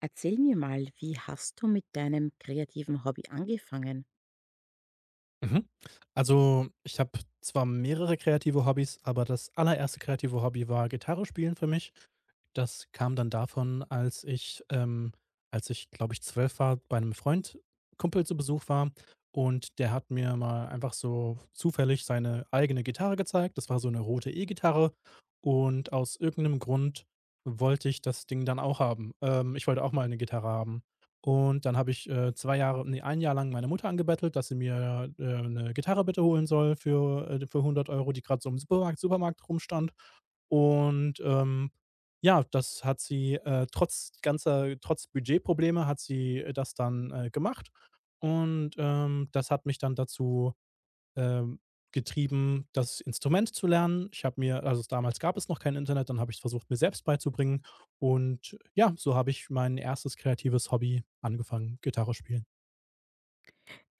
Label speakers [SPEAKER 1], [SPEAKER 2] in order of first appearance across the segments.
[SPEAKER 1] Erzähl mir mal, wie hast du mit deinem kreativen Hobby angefangen?
[SPEAKER 2] Mhm. Ich habe zwar mehrere kreative Hobbys, aber das allererste kreative Hobby war Gitarre spielen für mich. Das kam dann davon, als ich, glaube ich, 12 war, bei einem Freund Kumpel zu Besuch war, und der hat mir mal einfach so zufällig seine eigene Gitarre gezeigt. Das war so eine rote E-Gitarre, und aus irgendeinem Grund wollte ich das Ding dann auch haben. Ich wollte auch mal eine Gitarre haben. Und dann habe ich 2 ein Jahr lang meine Mutter angebettelt, dass sie mir 'ne Gitarre bitte holen soll für hundert Euro, die gerade so im Supermarkt rumstand. Und, ähm, ja, das hat sie trotz ganzer trotz Budgetprobleme hat sie das dann gemacht. Das hat mich dann dazu, ähm, getrieben, das Instrument zu lernen. Ich habe mir also, damals gab es noch kein Internet, dann habe ich's versucht, mir selbst beizubringen. Und ja, so habe ich mein erstes kreatives Hobby angefangen, Gitarre spielen.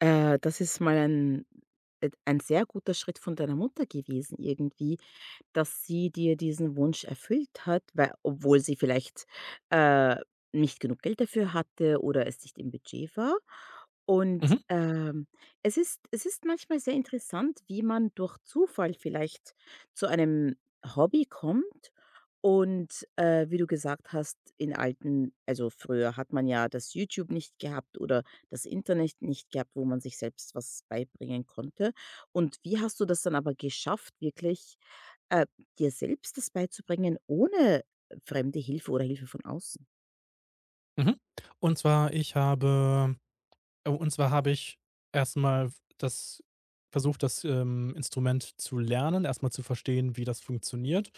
[SPEAKER 1] Das ist mal ein sehr guter Schritt von deiner Mutter gewesen irgendwie, dass sie dir diesen Wunsch erfüllt hat, weil obwohl sie vielleicht, äh, nicht genug Geld dafür hatte oder es nicht im Budget war. Und,
[SPEAKER 2] Mhm,
[SPEAKER 1] es ist manchmal sehr interessant, wie man durch Zufall vielleicht zu einem Hobby kommt und, wie du gesagt hast, in alten also, früher hat man ja das YouTube nicht gehabt oder das Internet nicht gehabt, wo man sich selbst was beibringen konnte. Und wie hast du das dann aber geschafft, wirklich, äh, dir selbst das beizubringen ohne fremde Hilfe oder Hilfe von außen?
[SPEAKER 2] mhm. Und zwar, ich habe Oh, und zwar habe ich erstmal das versucht, das Instrument zu lernen, erstmal zu verstehen, wie das funktioniert.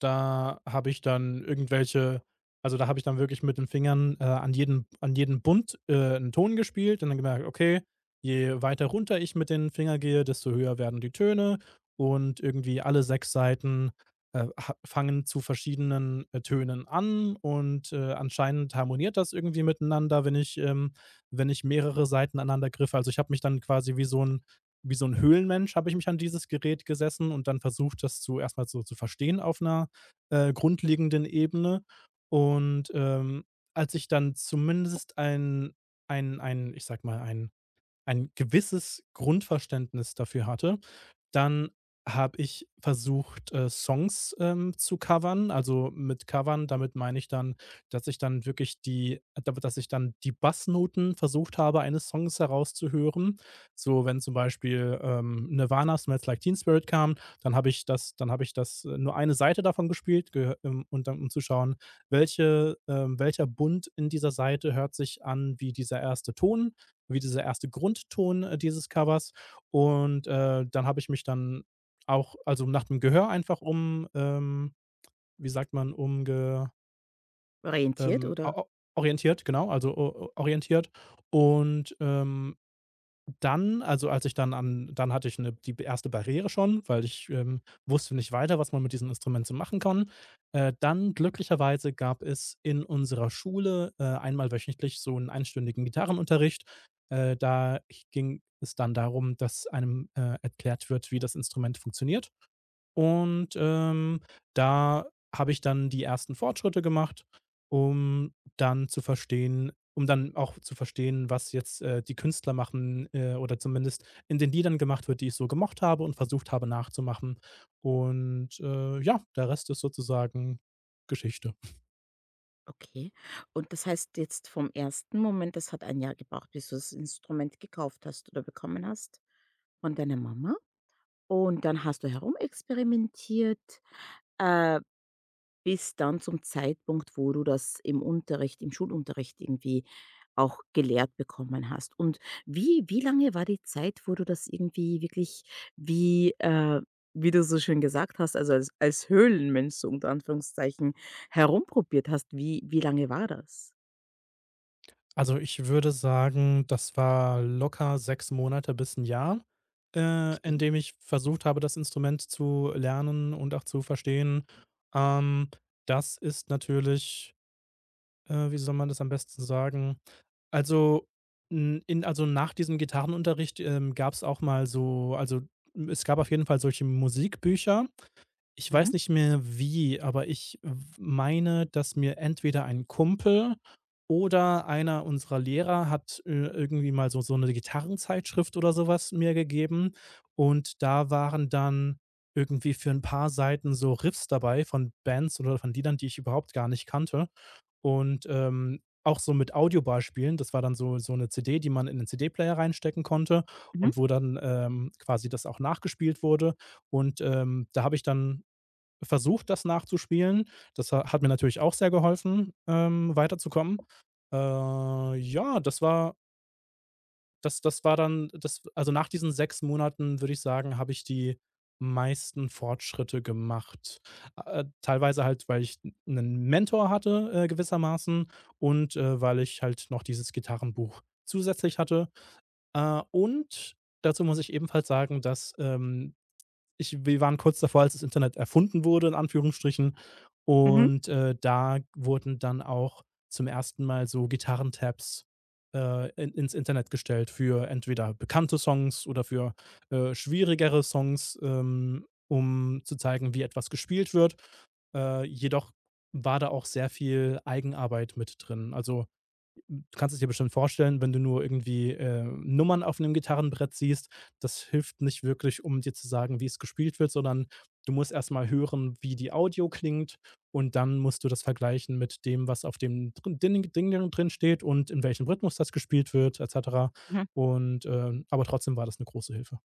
[SPEAKER 2] Da habe ich dann irgendwelche also, da habe ich dann wirklich mit den Fingern an jedem Bund 'n Ton gespielt und dann gemerkt: Okay, je weiter runter ich mit den Fingern gehe, desto höher werden die Töne, und irgendwie alle 6 Saiten, ha fangen zu verschiedenen Tönen an, und anscheinend harmoniert das irgendwie miteinander, wenn wenn ich mehrere Seiten aneinander griffe. Also, ich habe mich dann quasi wie so ein Höhlenmensch habe ich mich an dieses Gerät gesessen und dann versucht, das zu erstmal so zu verstehen auf einer grundlegenden Ebene. Und, als ich dann zumindest ein ich sage mal, ein gewisses Grundverständnis dafür hatte, dann habe ich versucht, Songs zu covern. Also, mit covern, damit meine ich dann, dass ich dann wirklich die da dass ich dann die Bassnoten versucht habe, eines Songs herauszuhören. So, wenn zum Beispiel, Nirvana „Smells Like Teen Spirit“ kam, dann habe ich das nur eine Seite davon gespielt, gehö und dann um zu schauen, welcher Bund in dieser Seite hört sich an wie dieser erste Ton wie dieser erste Grundton dieses Covers. Und dann habe ich mich dann auch also nach dem Gehör einfach wie sagt man, umge
[SPEAKER 1] Orientiert
[SPEAKER 2] o
[SPEAKER 1] oder
[SPEAKER 2] o orientiert, genau, also o o orientiert. Und dann also, als ich dann an dann hatte ich 'ne die erste Barriere schon, weil ich wusste nicht weiter, was man mit diesen Instrumenten machen kann. Dann glücklicherweise gab es in unserer Schule einmal wöchentlich so einen einstündigen Gitarrenunterricht. Da ging es dann darum, dass einem erklärt wird, wie das Instrument funktioniert. Und, ähm, da habe ich dann die ersten Fortschritte gemacht, um dann auch zu verstehen, was jetzt die Künstler machen, oder zumindest in den Liedern gemacht wird, die ich so gemocht habe und versucht habe nachzumachen. Ja, der Rest ist sozusagen Geschichte.
[SPEAKER 1] okay. Und das heißt jetzt vom ersten Moment, das hat ein Jahr gebraucht, bis du das Instrument gekauft hast oder bekommen hast von deiner Mama. Und dann hast du herumexperimentiert. Äh, bis dann zum Zeitpunkt, wo du das im Schulunterricht irgendwie auch gelehrt bekommen hast. Und wie lange war die Zeit, wo du das irgendwie wirklich wie, äh wie du so schön gesagt hast, also als Höhlenmensch so unter Anführungszeichen herumprobiert hast? Wie lange war das?
[SPEAKER 2] Also, ich würde sagen, das war locker 6 Monate bis ein Jahr, in
[SPEAKER 1] Okay.
[SPEAKER 2] dem ich versucht habe, das Instrument zu lernen und auch zu verstehen. Ähm, das ist natürlich, wie soll man das am besten sagen? Also, n in Also, nach diesem Gitarrenunterricht gab es auch mal so es gab auf jeden Fall solche Musikbücher, ich weiß
[SPEAKER 1] Mhm.
[SPEAKER 2] nicht mehr wie, aber ich w meine, dass mir entweder ein Kumpel oder einer unserer Lehrer irgendwie mal so eine Gitarrenzeitschrift oder sowas mir gegeben, und da waren dann irgendwie für ein paar Seiten so Riffs dabei von Bands oder von Liedern, die ich überhaupt gar nicht kannte, auch so mit Audiobeispielen. Das war dann so 'ne CD, die man in den CD-Player reinstecken konnte,
[SPEAKER 1] Mhm.
[SPEAKER 2] wo dann quasi das auch nachgespielt wurde, da habe ich dann versucht, das nachzuspielen. Das ha hat mir natürlich auch sehr geholfen, weiterzukommen. Ja, das war das das war dann das also, nach diesen 6 Monaten, würde ich sagen, habe ich die meisten Fortschritte gemacht. Teilweise halt, weil ich einen Mentor hatte, gewissermaßen, weil ich halt noch dieses Gitarrenbuch zusätzlich hatte. Und dazu muss ich ebenfalls sagen, dass wir waren kurz davor, als das Internet erfunden wurde, in Anführungsstrichen.
[SPEAKER 1] Mhm.
[SPEAKER 2] Da wurden dann auch zum ersten Mal so Gitarrentabs ins Internet gestellt für entweder bekannte Songs oder für schwierigere Songs, um zu zeigen, wie etwas gespielt wird. Jedoch war da auch sehr viel Eigenarbeit mit drin. Also, du kannst es dir bestimmt vorstellen, wenn du nur irgendwie Nummern auf einem Gitarrenbrett siehst, das hilft nicht wirklich, um dir zu sagen, wie es gespielt wird, sondern du musst erst mal hören, wie die Audio klingt, und dann musst du das vergleichen mit dem, was auf dem drin Ding Ding drin steht und in welchem Rhythmus das gespielt wird, et cetera.
[SPEAKER 1] Mhm.
[SPEAKER 2] Aber trotzdem war das eine große Hilfe.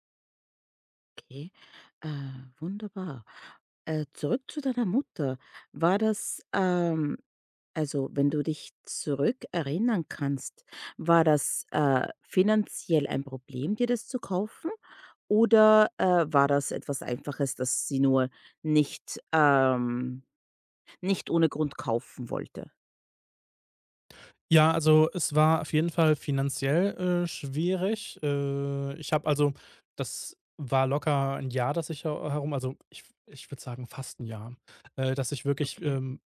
[SPEAKER 1] Okay. Äh, wunderbar. Zurück zu deiner Mutter. War das, ähm, also, wenn du dich zurückerinnern kannst, war das, finanziell ein Problem, dir das zu kaufen? Oder, war das etwas Einfaches, das sie nur nicht, nicht ohne Grund kaufen wollte?
[SPEAKER 2] Ja, also es war auf jeden Fall finanziell schwierig. Ich habe also Das war locker ein Jahr, dass ich herum also ich würde sagen, fast ein Jahr, dass ich wirklich,
[SPEAKER 1] Okay.
[SPEAKER 2] ähm,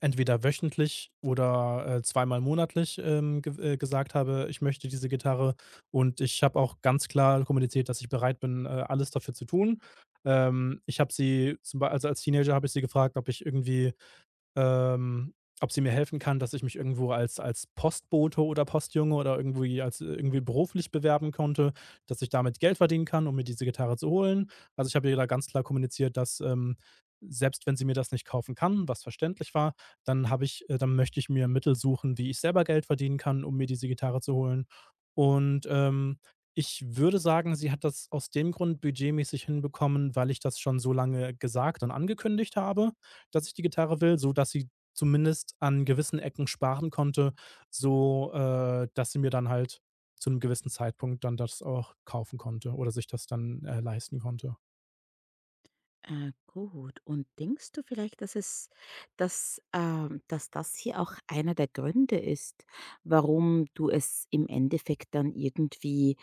[SPEAKER 2] entweder wöchentlich oder zweimal monatlich, ge gesagt habe: „Ich möchte diese Gitarre.“ Und ich habe auch ganz klar kommuniziert, dass ich bereit bin, alles dafür zu tun. Ich habe sie zum Beispiel Also als Teenager habe ich sie gefragt, ob ich irgendwie ähm, ob sie mir helfen kann, dass ich mich irgendwo als Postbote oder Postjunge oder irgendwie als irgendwie beruflich bewerben konnte, dass ich damit Geld verdienen kann, um mir diese Gitarre zu holen. Also, ich habe ihr da ganz klar kommuniziert, dass selbst wenn sie mir das nicht kaufen kann, was verständlich war, dann möchte ich mir Mittel suchen, wie ich selber Geld verdienen kann, um mir diese Gitarre zu holen. Und, ähm, Ich würde sagen, sie hat das aus dem Grund budgetmäßig hinbekommen, weil ich das schon so lange gesagt und angekündigt habe, dass ich die Gitarre will, so dass sie zumindest an gewissen Ecken sparen konnte, so dass sie mir dann halt zu einem gewissen Zeitpunkt dann das auch kaufen konnte oder sich das dann leisten konnte.
[SPEAKER 1] Gut. Und denkst du vielleicht, dass es, dass, dass das hier auch einer der Gründe ist, warum du es im Endeffekt dann irgendwie,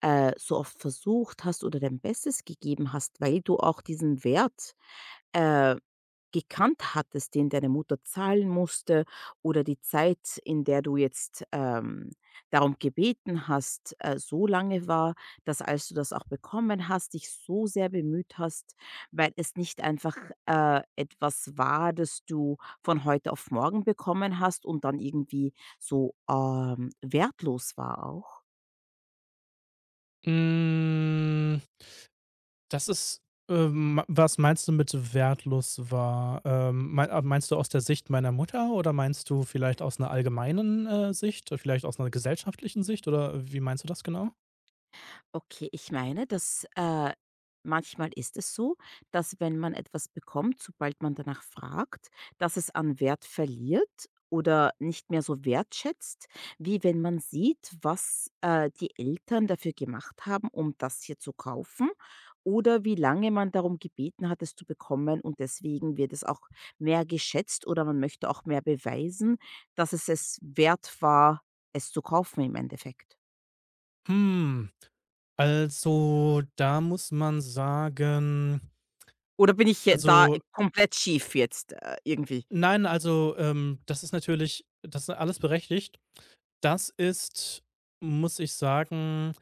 [SPEAKER 1] so oft versucht hast oder dein Bestes gegeben hast, weil du auch diesen Wert, äh gekannt hattest, den deine Mutter zahlen musste oder die Zeit, in der du jetzt, darum gebeten hast, so lange war, dass als du das auch bekommen hast, dich so sehr bemüht hast, weil es nicht einfach, etwas war, das du von heute auf morgen bekommen hast und dann irgendwie so, wertlos war auch?
[SPEAKER 2] Hm, das ist, was meinst du mit wertlos war? Meinst du aus der Sicht meiner Mutter oder meinst du vielleicht aus einer allgemeinen Sicht, vielleicht aus einer gesellschaftlichen Sicht oder wie meinst du das genau?
[SPEAKER 1] Okay, ich meine, dass, manchmal ist es so, dass wenn man etwas bekommt, sobald man danach fragt, dass es an Wert verliert oder nicht mehr so wertschätzt, wie wenn man sieht, was, die Eltern dafür gemacht haben, um das hier zu kaufen oder wie lange man darum gebeten hat, es zu bekommen und deswegen wird es auch mehr geschätzt oder man möchte auch mehr beweisen, dass es es wert war, es zu kaufen im Endeffekt.
[SPEAKER 2] Hm, also, da muss man sagen
[SPEAKER 1] Oder bin ich je da
[SPEAKER 2] Also,
[SPEAKER 1] komplett schief jetzt, irgendwie?
[SPEAKER 2] nein, das ist natürlich das ist alles berechtigt. Das ist, Muss ich sagen,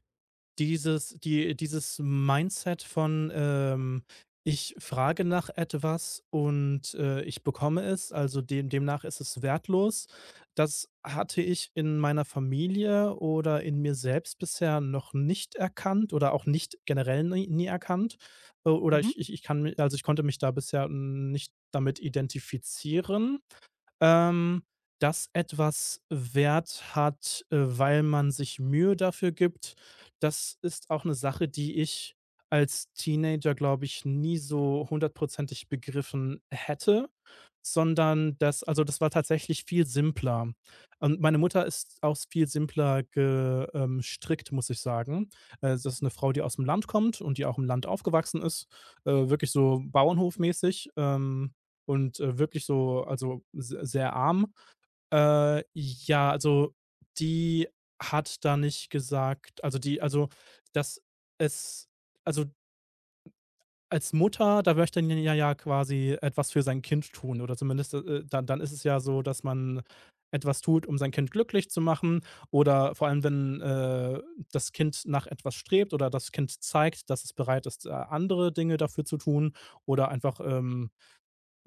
[SPEAKER 2] dieses Mindset von, „Ich frage nach etwas und ich bekomme es, also demnach ist es wertlos“, das hatte ich in meiner Familie oder in mir selbst bisher noch nicht erkannt oder auch nicht generell nie erkannt. O oder
[SPEAKER 1] Mhm,
[SPEAKER 2] ich ich ich kann mi also, ich konnte mich da bisher nicht damit identifizieren ähm, das etwas Wert hat, weil man sich Mühe dafür gibt. Das ist auch eine Sache, die ich als Teenager, glaube ich, nie so hundertprozentig begriffen hätte, sondern das also, das war tatsächlich viel simpler. Und meine Mutter ist auch viel simpler ge gestrickt, muss ich sagen. Das ist eine Frau, die
[SPEAKER 1] mhm.
[SPEAKER 2] aus dem Land kommt und die auch im Land aufgewachsen ist, wirklich so bauernhofmäßig, und wirklich so also, se sehr arm. Ja, also, die hat da nicht gesagt also, die also, dass es also als Mutter, da möchte man ja quasi etwas für sein Kind tun oder zumindest, dann ist es ja so, dass man etwas tut, um sein Kind glücklich zu machen, oder vor allem, wenn das Kind nach etwas strebt oder das Kind zeigt, dass es bereit ist, andere Dinge dafür zu tun oder einfach,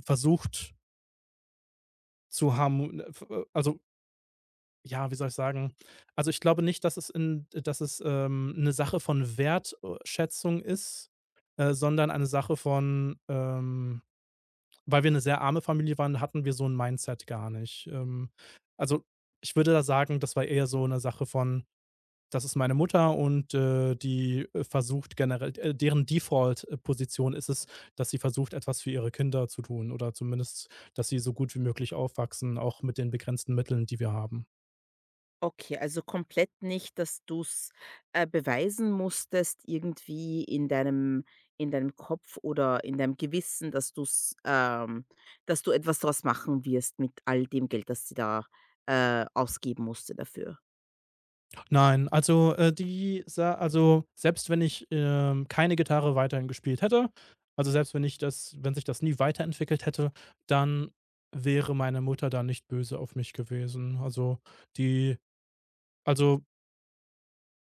[SPEAKER 2] versucht zu haben also, ja, wie soll ich sagen? Also, ich glaube nicht, dass es 'ne Sache von Wertschätzung ist, sondern eine Sache von. Weil wir eine sehr arme Familie waren, hatten wir so ein Mindset gar nicht. Also, Ich würde da sagen, das war eher so eine Sache von: „Das ist meine Mutter und die, versucht generell, deren Default- Position ist es, dass sie versucht, etwas für ihre Kinder zu tun oder zumindest, dass sie so gut wie möglich aufwachsen, auch mit den begrenzten Mitteln, die wir haben.“
[SPEAKER 1] Okay, also komplett nicht, dass du's, beweisen musstest irgendwie in deinem Kopf oder in deinem Gewissen, dass du's, ähm, dass du etwas draus machen wirst mit all dem Geld, das sie da, ausgeben musste dafür.
[SPEAKER 2] Nein, also, die sa also, selbst wenn ich keine Gitarre weiterhin gespielt hätte, also, selbst wenn ich das wenn sich das nie weiterentwickelt hätte, dann wäre meine Mutter da nicht böse auf mich gewesen. Die also,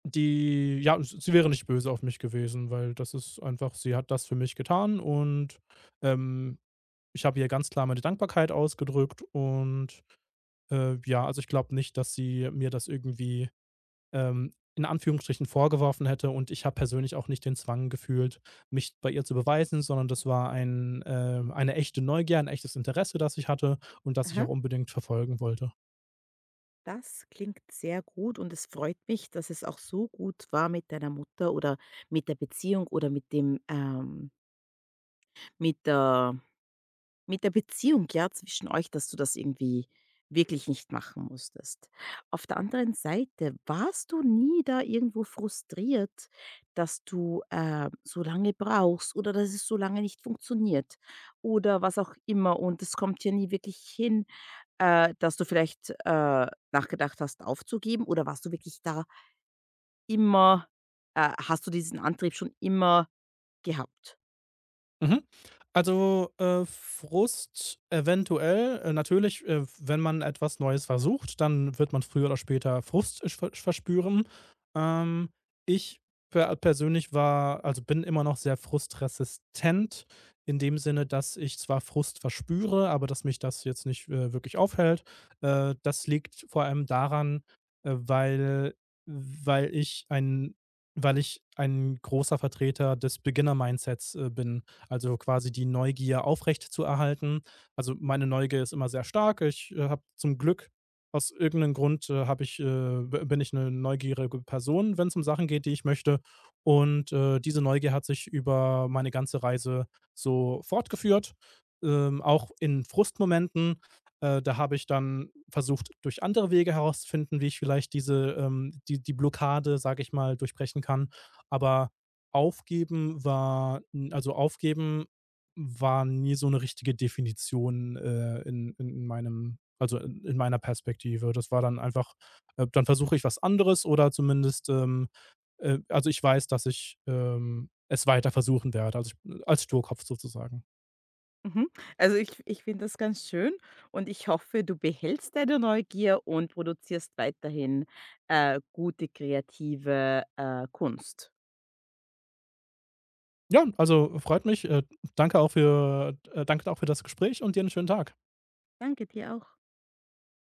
[SPEAKER 2] die Ja, s sie wäre nicht böse auf mich gewesen, weil das ist einfach, sie hat das für mich getan, und, ähm, ich habe ihr ganz klar meine Dankbarkeit ausgedrückt, und ja, also, ich glaube nicht, dass sie mir das irgendwie in Anführungsstrichen vorgeworfen hätte, und ich habe persönlich auch nicht den Zwang gefühlt, mich bei ihr zu beweisen, sondern das war eine echte Neugier, ein echtes Interesse, das ich hatte und das ich
[SPEAKER 1] Aha,
[SPEAKER 2] auch unbedingt verfolgen wollte.
[SPEAKER 1] das klingt sehr gut und es freut mich, dass es auch so gut war mit deiner Mutter oder mit der Beziehung oder mit dem, mit der mit der Beziehung, ja, zwischen euch, dass du das irgendwie wirklich nicht machen musstest. Auf der anderen Seite, warst du nie da irgendwo frustriert, dass du, so lange brauchst oder dass es so lange nicht funktioniert oder was auch immer und es kommt ja nie wirklich hin, dass du vielleicht, nachgedacht hast, aufzugeben oder warst du wirklich da immer, hast du diesen Antrieb schon immer gehabt?
[SPEAKER 2] Mhm. Also, Frust eventuell. Natürlich, wenn man etwas Neues versucht, dann wird man früher oder später Frust verspüren. Ähm, ich persönlich war also bin immer noch sehr frustresistent in dem Sinne, dass ich zwar Frust verspüre, aber dass mich das jetzt nicht wirklich aufhält. Das liegt vor allem daran, weil weil ich ein weil ich ein großer Vertreter des Beginner-Mindsets bin, also quasi die Neugier aufrecht zu erhalten. Also, meine Neugier ist immer sehr stark. Ich habe zum Glück aus irgendeinem Grund, habe ich, b bin ich eine neugierige Person, wenn es um Sachen geht, die ich möchte. Diese Neugier hat sich über meine ganze Reise so fortgeführt, auch in Frustmomenten. Da habe ich dann versucht, durch andere Wege herauszufinden, wie ich vielleicht die Blockade, sage ich mal, durchbrechen kann. Aber Aufgeben war nie so eine richtige Definition, in meinem also, in meiner Perspektive. Das war dann einfach, dann versuche ich was anderes oder zumindest, also, ich weiß, dass ich es weiter versuchen werde, also, ich als Sturkopf sozusagen.
[SPEAKER 1] Mhm. Also ich finde das ganz schön und ich hoffe, du behältst deine Neugier und produzierst weiterhin, gute kreative, Kunst.
[SPEAKER 2] Ja, also, freut mich. Danke auch für das Gespräch und dir einen schönen Tag.
[SPEAKER 1] Danke dir auch.